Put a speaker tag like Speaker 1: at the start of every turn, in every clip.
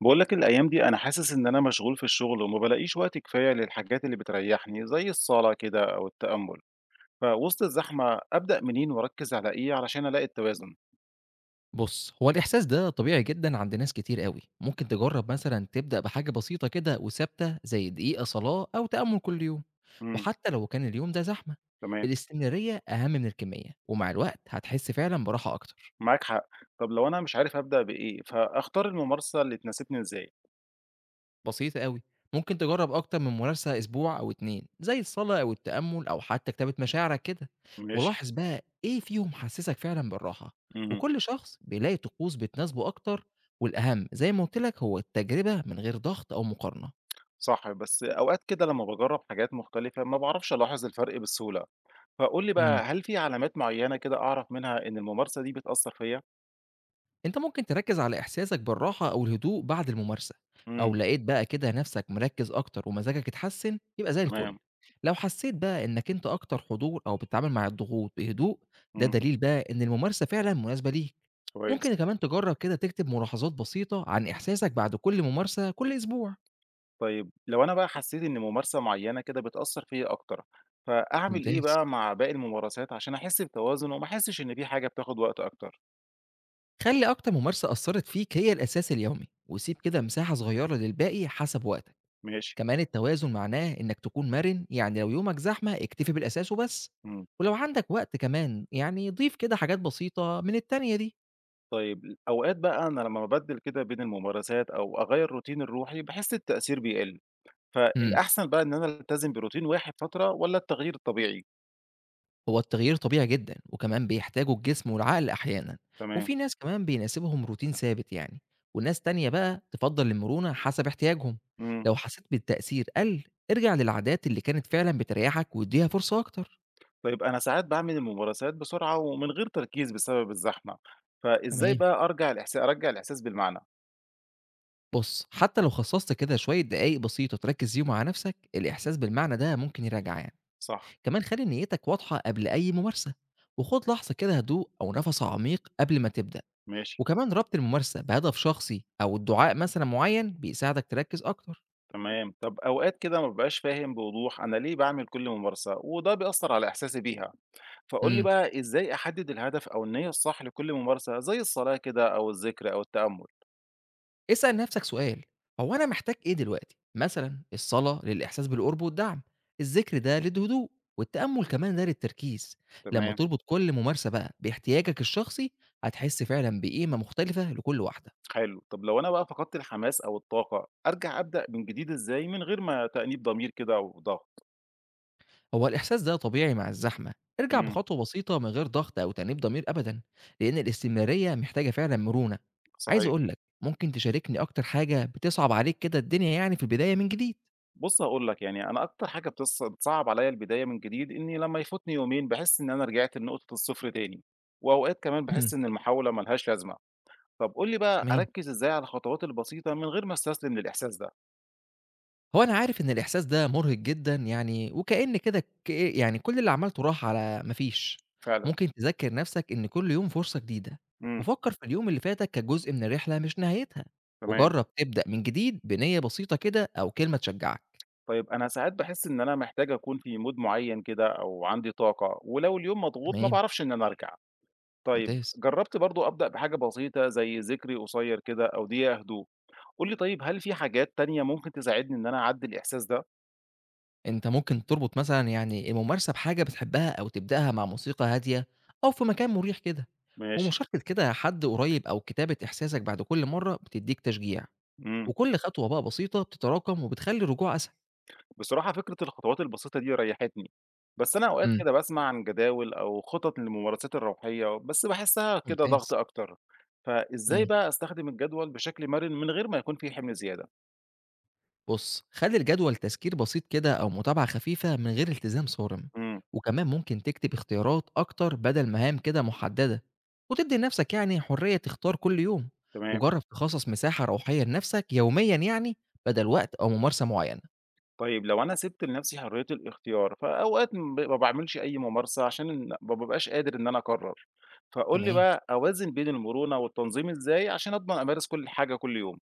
Speaker 1: باقول لك الأيام دي أنا حاسس إن أنا مشغول في الشغل وما بالاقيش وقت كفاية للحاجات اللي بتريحني، زي الصلاة كده أو التأمل، فوسط الزحمة أبدأ منين وأركز على إيه علشان ألاقي التوازن؟
Speaker 2: بُص، هو الإحساس ده طبيعي جدًا عند ناس كتير أوي، ممكن تجرّب مثلًا تبدأ بحاجة بسيطة كده وثابتة زي دقيقة صلاة أو تأمُّل كل يوم،
Speaker 1: إمم،
Speaker 2: وحتى لو كان اليوم ده زحمة،
Speaker 1: تمام،
Speaker 2: الاستمرارية أهم من الكمية، ومع الوقت هتحس فعلًا براحة أكتر،
Speaker 1: معاك حق، طب لو أنا مش عارف أبدأ بإيه، فأختار الممارسة اللي تناسبني إزاي؟
Speaker 2: بسيطة أوي، ممكن تجرّب أكتر من ممارسة أسبوع أو 2 زي الصلاة أو التأمُّل أو حتى كتابة مشاعرك كده،
Speaker 1: ماشي،
Speaker 2: ولاحظ بقى إيه فيهم حسّسك فعلًا بالراحة،
Speaker 1: اهم،
Speaker 2: وكل شخص بيلاقي طقوس بتناسبه أكتر، والأهم زي ما قُلت لك هو التجربة من غير ضغط أو مقارنة.
Speaker 1: صح، بس أوقات كده لما باجرب حاجات مختلفة ما باعرفش ألاحظ الفرق بسهولة، فقُل لي
Speaker 2: إمم،
Speaker 1: بقى هل في علامات معينة كده أعرف منها إن الممارسة دي بتأثر فيّا؟
Speaker 2: أنت ممكن تركّز على إحساسك بالراحة أو الهدوء بعد الممارسة،
Speaker 1: إمم،
Speaker 2: أو لقيت بقى كده نَفْسك مركّز أكتر ومزاجك اتحسّن يبقى زي الفُل،
Speaker 1: تمام،
Speaker 2: لو حسّيت بقى إنّك أنت أكتر حضور أو بتتعامل مع الضغوط بهدوء، ده
Speaker 1: إمم،
Speaker 2: دليل بقى إن الممارسة فعلًا مناسبة ليك، ممكن
Speaker 1: كويس.
Speaker 2: كمان تجرّب كده تكتب ملاحظات بسيطة عن إحساسك بعد كل ممارسة كل أسبوع.
Speaker 1: طيب لو أنا بقى حسيت إن ممارسة معينة كده بتأثّر فيّا أكتر، فأعمل إيه
Speaker 2: ممتاز.
Speaker 1: بقى مع باقي الممارسات عشان أحس بتوازن وما أحسّش إن في حاجة بتاخد وقت أكتر؟
Speaker 2: خلّي أكتر ممارسة أثّرت فيك هي الأساس اليومي، وسيب كده مساحة صغيّرة للباقي حسب وقتك.
Speaker 1: ماشي،
Speaker 2: كمان التوازن معناه إنك تكون مرن، يعني لو يومك زحمة اكتفي بالأساس وبس،
Speaker 1: إمم،
Speaker 2: ولو عندك وقت كمان يعني ضيف كده حاجات بسيطة من التانية دي.
Speaker 1: طيب أوقات بقى أنا لمّا بابدّل كده بين الممارسات أو أغيّر روتيني الروحي باحس التأثير بيقل،
Speaker 2: امم
Speaker 1: فالأحسن بقى إن أنا ألتزم بروتين واحد فترة والّا التغيير طبيعي؟
Speaker 2: هو التغيير طبيعي جدا وكمان بيحتاجه الجسم والعقل أحيانا،
Speaker 1: تمام،
Speaker 2: وفي ناس كمان بيناسبهم روتين ثابت يعني، وناس تانية بقى تفضل المرونة حسب احتياجهم.
Speaker 1: إمم،
Speaker 2: لو حسيت بالتأثير قل، ارجع للعادات اللي كانت فعلا بتريحك واديها فرصة أكتر.
Speaker 1: طيب أنا ساعات باعمل الممارسات بسرعة ومن غير تركيز بسبب الزحمة، فإزاي
Speaker 2: تمام.
Speaker 1: بقى أرجع أرجّع الإحساس بالمعنى؟
Speaker 2: بص حتى لو خصصت كده شوية دقايق بسيطة تركز فيهم مع نفسك الإحساس بالمعنى ده ممكن يراجع يعني.
Speaker 1: صح،
Speaker 2: كمان خلي نيتك واضحة قبل أي ممارسة، وخد لحظة كده هدوء أو نفس عميق قبل ما تبدأ،
Speaker 1: ماشي.
Speaker 2: وكمان ربط الممارسة بهدف شخصي أو الدعاء مثلا معين بيساعدك تركز أكتر.
Speaker 1: تمام. طب اوقات كده ما ببقاش فاهم بوضوح انا ليه بعمل كل ممارسة وده بيأثر على احساسي بيها. فقول لي
Speaker 2: امم
Speaker 1: بقى ازاي احدد الهدف او النية الصح لكل ممارسة زي الصلاة كده او الذكر او التأمل.
Speaker 2: اسأل نفسك سؤال، هو أنا محتاج إيه دلوقتي؟ مثلا الصلاة للإحساس بالقرب والدعم، الذكر ده للهدوء، والتأمل كمان ده للتركيز. لما
Speaker 1: تمام.
Speaker 2: تربط كل ممارسة بقى باحتياجك الشخصي هتحس فعلا بقيمة مختلفة لكل واحدة.
Speaker 1: حلو. طب لو انا بقى فقدت الحماس او الطاقة ارجع ابدأ من جديد ازاي من غير ما تأنيب ضمير كده او ضغط.
Speaker 2: هو الإحساس ده طبيعي مع الزحمة، ارجع
Speaker 1: امم.
Speaker 2: بخطوة بسيطة من غير ضغط أو تأنيب ضمير أبدًا، لأن الاستمرارية محتاجة فعلًا مرونة. عايز
Speaker 1: صحيح.
Speaker 2: أقول لك، ممكن تشاركني أكتر حاجة بتصعب عليك كده الدنيا يعني في البداية من جديد؟
Speaker 1: بص هقول لك يعني انا اكتر حاجة بتصعب عليا البداية من جديد اني لما يفوتني يومين بحس ان انا رجعت لنقطة الصفر تاني. واوقات كمان بحس
Speaker 2: إمم.
Speaker 1: ان المحاولة ملهاش لازمة. طب قُل لي بقى
Speaker 2: تمام،
Speaker 1: أركّز إزاي على الخطوات البسيطة من غير ما أستسلم للإحساس ده؟
Speaker 2: هو أنا عارف إن الإحساس ده مرهق جدًا يعني، وكأن كده يعني كل اللي عملته راح على ما فيش.
Speaker 1: فعلًا؟
Speaker 2: ممكن تذكّر نفسك إن كل يوم فرصة جديدة،
Speaker 1: إمم،
Speaker 2: وفكّر في اليوم اللي فاتك كجزء من الرحلة مش نهايتها،
Speaker 1: تمام.
Speaker 2: وجرّب تبدأ من جديد بنية بسيطة كده أو كلمة تشجعك.
Speaker 1: طيب أنا ساعات باحس إن أنا محتاج أكون في mood معيّن كده أو عندي طاقة، ولو اليوم مضغوط ما
Speaker 2: تمام،
Speaker 1: باعرفش إن أنا أرجع. طيب
Speaker 2: ممتاز.
Speaker 1: جرّبت برضه أبدأ بحاجة بسيطة زي ذكري قصير كده أو دقيقة هدوء. قُل لي طيب هل في حاجات تانية ممكن تساعدني إن أنا أعدّي الإحساس ده؟
Speaker 2: أنت ممكن تربط مثلًا يعني الممارسة بحاجة بتحبها أو تبدأها مع موسيقى هادية أو في مكان مريح كده،
Speaker 1: ماشي.
Speaker 2: ومشاركة كده حد قريب أو كتابة إحساسك بعد كل مرة بتدّيك تشجيع،
Speaker 1: إمم.
Speaker 2: وكل خطوة بقى بسيطة بتتراكم وبتخلّي الرجوع أسهل.
Speaker 1: بصراحة فكرة الخطوات البسيطة دي ريحتني، بس أنا أوقات
Speaker 2: إمم،
Speaker 1: كده بسمع عن جداول أو خطط للممارسات الروحية بس باحسها كده ضغط
Speaker 2: ممتاز.
Speaker 1: أكتر، فإزاي
Speaker 2: إمم.
Speaker 1: بقى أستخدم الجدول بشكل مرن من غير ما يكون فيه حمل زيادة؟
Speaker 2: بُص، خلّي الجدول تذكير بسيط كده أو متابعة خفيفة من غير التزام صارم،
Speaker 1: إمم،
Speaker 2: وكمان ممكن تكتب اختيارات أكتر بدل مهام كده محددة، وتدّي لنفسك يعني حرية تختار كل يوم،
Speaker 1: تمام،
Speaker 2: وجرّب تخصص مساحة روحية لنفسك يوميًا يعني بدل وقت أو ممارسة معينة.
Speaker 1: طيب لو أنا سِبت لنفسي حرية الاختيار فأوقات ما باعملش أي ممارسة عشان ما بابقاش قادر إن أنا أقرر، فقُل لي
Speaker 2: تمام،
Speaker 1: بقى أوازن بين المرونة والتنظيم إزاي عشان أضمن أمارس كل حاجة كل يوم؟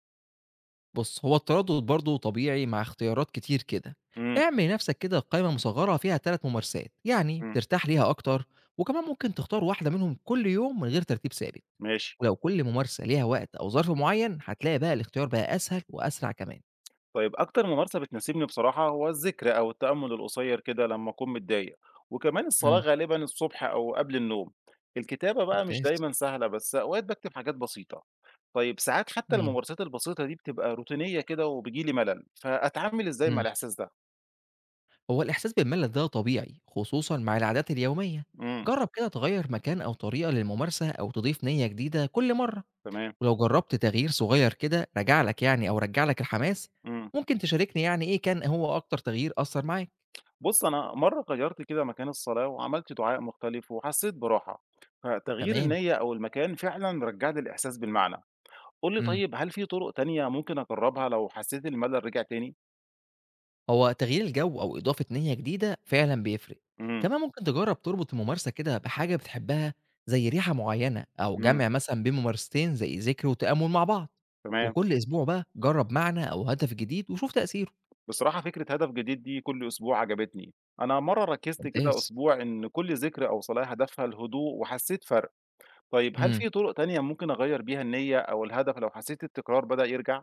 Speaker 2: بُص هو التردد برضه طبيعي مع اختيارات كتير كده،
Speaker 1: إمم،
Speaker 2: اعمل لنفسك كده قائمة مصغّرة فيها 3 ممارسات يعني
Speaker 1: إمم،
Speaker 2: بترتاح ليها أكتر، وكمان ممكن تختار واحدة منهم كل يوم من غير ترتيب ثابت.
Speaker 1: ماشي.
Speaker 2: ولو كل ممارسة ليها وقت أو ظرف معيّن، هتلاقي بقى الاختيار بقى أسهل وأسرع كمان.
Speaker 1: طيب أكتر ممارسة بتناسبني بصراحة هو الذكر أو التأمل القصير كده لما أكون متضايق وكمان الصلاة
Speaker 2: إمم،
Speaker 1: غالبا الصبح أو قبل النوم. الكتابة بقى مش
Speaker 2: ممتاز،
Speaker 1: دايما سهلة بس أوقات بكتب حاجات بسيطة. طيب ساعات حتى
Speaker 2: تمام،
Speaker 1: الممارسات البسيطة دي بتبقى روتينية كده وبيجيلي ملل فأتعامل إزاي مع
Speaker 2: إمم.
Speaker 1: الإحساس ده؟
Speaker 2: هو الإحساس بالملل ده طبيعي، خصوصًا مع العادات اليومية.
Speaker 1: امم.
Speaker 2: جرّب كده تغيّر مكان أو طريقة للممارسة أو تضيف نية جديدة كل مرّة،
Speaker 1: تمام.
Speaker 2: ولو جرّبت تغيير صغير كده رجع لك يعني أو رجّع لك الحماس،
Speaker 1: امم.
Speaker 2: ممكن تشاركني يعني إيه كان هو أكتر تغيير أثّر معاك؟
Speaker 1: بص أنا مرة غيرت كده مكان الصلاة وعملت دعاء مختلف وحسيت براحة، فتغيير
Speaker 2: تمام،
Speaker 1: النية أو المكان فعلا رجع لي الإحساس بالمعنى. قُل لي
Speaker 2: إمم.
Speaker 1: طيب هل في طُرق تانية ممكن أجرّبها لو حسّيت الملل رجع تاني؟
Speaker 2: هو تغيير الجو أو إضافة نِيّة جديدة فعلًا بيفرق،
Speaker 1: إمم،
Speaker 2: كمان ممكن تجرّب تربط الممارسة كده بحاجة بتحبها زي ريحة معيّنة أو
Speaker 1: إمم،
Speaker 2: جمع مثلًا بين ممارستين زي ذِكر وتأمُّل مع بعض،
Speaker 1: تمام.
Speaker 2: وكل أسبوع بقى جرّب معنى أو هدف جديد وشوف تأثيره.
Speaker 1: بصراحة فكرة هدف جديد دي كل أسبوع عجبتني. أنا مرّة ركّزت كده
Speaker 2: ممتاز.
Speaker 1: أسبوع إن كل ذكرى أوصل لها هدفها الهدوء وحسّيت فرق. طيب هل
Speaker 2: إمم،
Speaker 1: في طُرق تانية ممكن أغيّر بيها النيّة أو الهدف لو حسّيت التكرار بدأ يرجع؟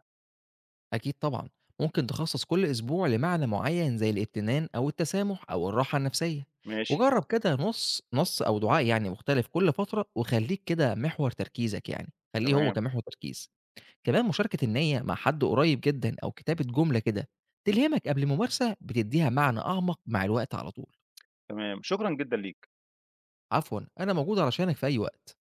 Speaker 2: أكيد طبعًا، ممكن تخصّص كل أسبوع لمعنى معيّن زي الامتنان أو التسامح أو الراحة النفسية،
Speaker 1: ماشي،
Speaker 2: وجرّب كده نُص نص أو دعاء يعني مختلف كل فترة وخلّيك كده محور تركيزك يعني، خلّيه هو
Speaker 1: تمام،
Speaker 2: كمحور تركيز. كمان مشاركة النية مع حد قريب جدًا أو كتابة جملة كده تلهمك قبل الممارسة بتدّيها معنى أعمق مع الوقت على طول.
Speaker 1: تمام. شكرًا جدًا ليك.
Speaker 2: عفوًا، أنا موجود علشانك في أي وقت.